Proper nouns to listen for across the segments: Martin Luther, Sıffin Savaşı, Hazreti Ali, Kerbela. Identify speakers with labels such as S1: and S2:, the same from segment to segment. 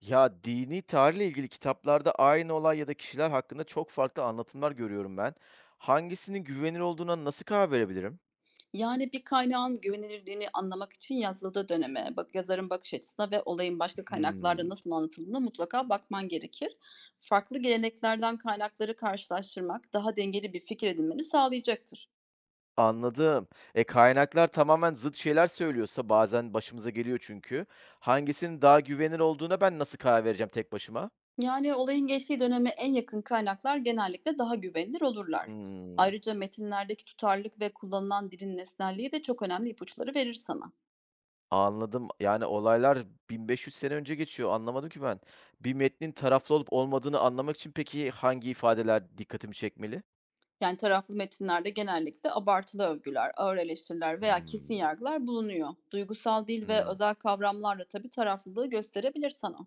S1: Ya, dini tarihle ilgili kitaplarda aynı olay ya da kişiler hakkında çok farklı anlatımlar görüyorum ben. Hangisinin güvenilir olduğuna nasıl karar verebilirim?
S2: Yani bir kaynağın güvenilirliğini anlamak için yazıldığı döneme, bak yazarın bakış açısına ve olayın başka kaynaklarda
S1: Hımm,
S2: nasıl anlatıldığına mutlaka bakman gerekir. Farklı geleneklerden kaynakları karşılaştırmak daha dengeli bir fikir edinmeni sağlayacaktır.
S1: anladım. Kaynaklar tamamen zıt şeyler söylüyorsa bazen başımıza geliyor çünkü. Hangisinin daha güvenilir olduğuna ben nasıl karar vereceğim tek başıma?
S2: Yani olayın geçtiği döneme en yakın kaynaklar genellikle daha güvenilir olurlar.
S1: Hımm,
S2: Ayrıca metinlerdeki tutarlılık ve kullanılan dilin nesnelliği de çok önemli ipuçları verir sana.
S1: anladım. Yani, olaylar 1500 sene önce geçiyor, anlamadım ki ben. Bir metnin taraflı olup olmadığını anlamak için peki hangi ifadeler dikkatimi çekmeli?
S2: Yani taraflı metinlerde genellikle abartılı övgüler, ağır eleştiriler veya kesin
S1: Hımm.
S2: yargılar bulunuyor. Duygusal dil ve
S1: Hımm.
S2: özel kavramlarla tabii taraflılığı gösterebilir sana.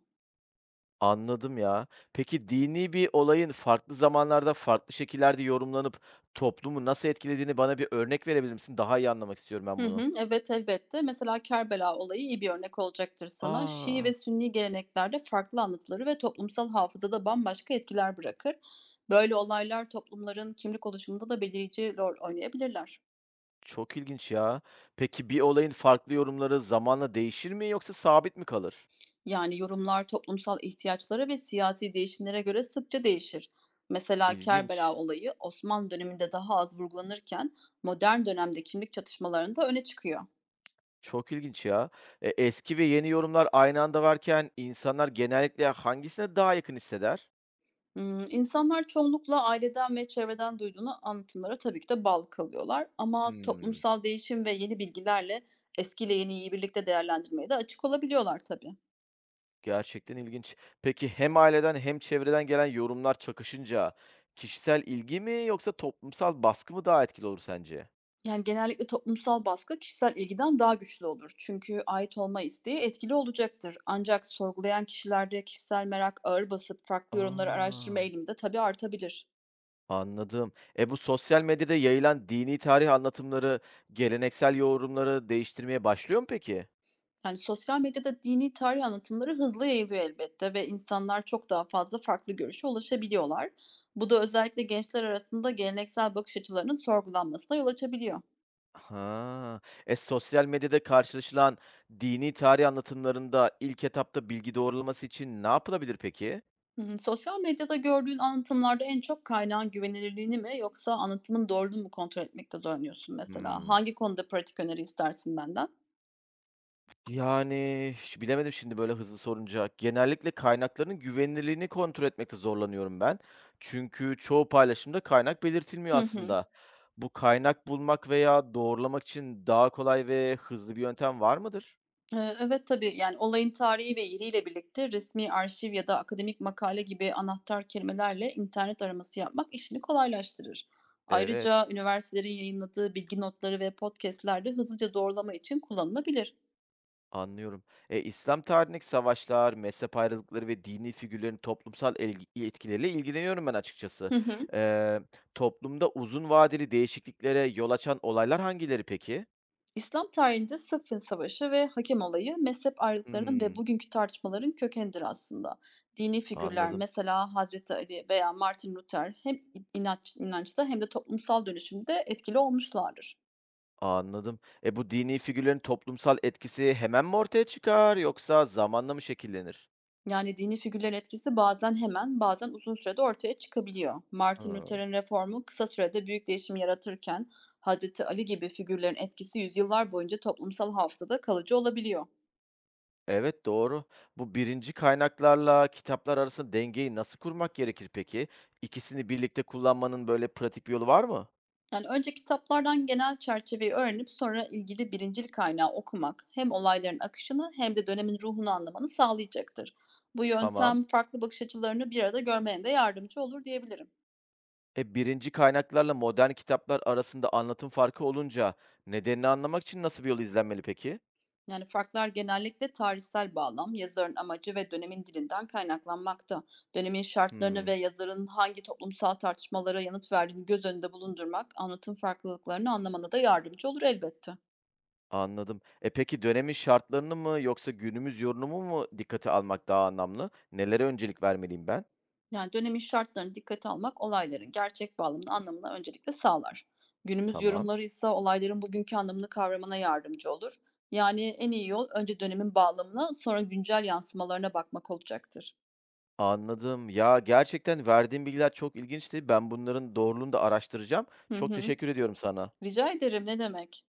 S1: Anladım ya. Peki dini bir olayın farklı zamanlarda, farklı şekillerde yorumlanıp toplumu nasıl etkilediğini bana bir örnek verebilir misin? Daha iyi anlamak istiyorum ben
S2: Hı
S1: bunu.
S2: hı, evet elbette. Mesela Kerbela olayı iyi bir örnek olacaktır sana. Şii
S1: A!
S2: ve Sünni geleneklerde farklı anlatıları ve toplumsal hafızada bambaşka etkiler bırakır. Böyle olaylar toplumların kimlik oluşumunda da belirici rol oynayabilirler.
S1: Çok ilginç ya. Peki bir olayın farklı yorumları zamanla değişir mi yoksa sabit mi kalır?
S2: Yani yorumlar toplumsal ihtiyaçlara ve siyasi değişimlere göre sıkça değişir. Mesela
S1: İlginç.
S2: Kerbela olayı Osmanlı döneminde daha az vurgulanırken modern dönemde kimlik çatışmalarında öne çıkıyor.
S1: Çok ilginç ya. Eski ve yeni yorumlar aynı anda varken insanlar genellikle hangisine daha yakın hisseder?
S2: İnsanlar çoğunlukla aileden ve çevreden duyduğunu anlatımlara tabii ki de bağlı kalıyorlar, ama
S1: Hımm.
S2: toplumsal değişim ve yeni bilgilerle eskiyle yeniyi birlikte değerlendirmeye de açık olabiliyorlar tabii.
S1: Gerçekten ilginç. Peki hem aileden hem çevreden gelen yorumlar çakışınca kişisel ilgi mi yoksa toplumsal baskı mı daha etkili olur sence?
S2: Yani, genellikle toplumsal baskı kişisel ilgiden daha güçlü olur. Çünkü ait olma isteği etkili olacaktır. Ancak sorgulayan kişilerde kişisel merak ağır basıp farklı yorumları
S1: Aa,
S2: araştırma eğilimi de tabii artabilir.
S1: anladım. E bu sosyal medyada yayılan dini tarih anlatımları geleneksel yorumları değiştirmeye başlıyor mu peki?
S2: Yani, sosyal medyada dini tarih anlatımları hızlı yayılıyor elbette ve insanlar çok daha fazla farklı görüşe ulaşabiliyorlar. Bu da özellikle gençler arasında geleneksel bakış açılarının sorgulanmasına yol açabiliyor.
S1: Ha, e sosyal medyada karşılaşılan dini tarih anlatımlarında ilk etapta bilgi doğrulaması için ne yapılabilir peki?
S2: Hı hı. Sosyal medyada gördüğün anlatımlarda en çok kaynağın güvenilirliğini mi yoksa anlatımın doğruluğunu mu kontrol etmekte zorlanıyorsun mesela?
S1: Hmm.
S2: Hangi konuda pratik öneri istersin benden?
S1: Yani, ş Bilemedim şimdi böyle hızlı sorunca. Genellikle kaynakların güvenilirliğini kontrol etmekte zorlanıyorum ben. Çünkü çoğu paylaşımda kaynak
S2: Hı
S1: belirtilmiyor
S2: hı.
S1: aslında. Bu kaynak bulmak veya doğrulamak için daha kolay ve hızlı bir yöntem var mıdır?
S2: Evet tabii, yani olayın tarihi ve yeriyle birlikte resmi arşiv ya da akademik makale gibi anahtar kelimelerle internet araması yapmak işini kolaylaştırır. Ayrıca
S1: Evet,
S2: üniversitelerin yayınladığı bilgi notları ve podcastlerde hızlıca doğrulama için kullanılabilir.
S1: anlıyorum. E, İslam tarihindeki savaşlar, mezhep ayrılıkları ve dini figürlerin toplumsal elgi etkileriyle ilgileniyorum ben açıkçası.
S2: Hı hı.
S1: Eee, Toplumda uzun vadeli değişikliklere yol açan olaylar hangileri peki?
S2: İslam tarihinde Sıffin Savaşı ve hakem olayı mezhep ayrılıklarının ve
S1: Hımm,
S2: bugünkü tartışmaların kökenidir aslında. Dini figürler,
S1: anladım.
S2: mesela Hazreti Ali veya Martin Luther, hem inançta hem de toplumsal dönüşümde etkili olmuşlardır.
S1: Anladım. Bu dini figürlerin toplumsal etkisi hemen mi ortaya çıkar yoksa zamanla mı şekillenir?
S2: Yani dini figürlerin etkisi bazen hemen, bazen uzun sürede ortaya çıkabiliyor. Martin
S1: Ha.
S2: Luther'in reformu kısa sürede büyük değişim yaratırken, Hazreti Ali gibi figürlerin etkisi yüzyıllar boyunca toplumsal hafızada kalıcı olabiliyor.
S1: Evet, doğru. Bu birinci kaynaklarla kitaplar arasında dengeyi nasıl kurmak gerekir peki? İkisini birlikte kullanmanın böyle pratik bir yolu var mı?
S2: Yani önce kitaplardan genel çerçeveyi öğrenip sonra ilgili birincil kaynağı okumak hem olayların akışını hem de dönemin ruhunu anlamanı sağlayacaktır. Bu
S1: Tamam.
S2: yöntem farklı bakış açılarını bir arada görmene de yardımcı olur diyebilirim.
S1: E birinci kaynaklarla modern kitaplar arasında anlatım farkı olunca nedenini anlamak için nasıl bir yol izlenmeli peki?
S2: Yani farklar genellikle tarihsel bağlam, yazarın amacı ve dönemin dilinden kaynaklanmakta. Dönemin şartlarını ve
S1: Hmm.
S2: yazarın hangi toplumsal tartışmalara yanıt verdiğini göz önünde bulundurmak anlatım farklılıklarını anlamana da yardımcı olur elbette.
S1: Anladım. E, peki dönemin şartlarını mı yoksa günümüz yorumumu mu dikkate almak daha anlamlı? Nelere öncelik vermeliyim ben?
S2: Yani dönemin şartlarını dikkate almak olayların gerçek bağlamını anlamına öncelikle sağlar. Günümüz
S1: Tamam.
S2: yorumları ise olayların bugünkü anlamını kavramana yardımcı olur. Yani en iyi yol önce dönemin bağlamına, sonra güncel yansımalarına bakmak olacaktır.
S1: Anladım. Ya, gerçekten verdiğin bilgiler çok ilginçti. Ben bunların doğruluğunu da araştıracağım.
S2: Hı
S1: Çok
S2: hı.
S1: teşekkür ediyorum sana.
S2: Rica ederim, ne demek?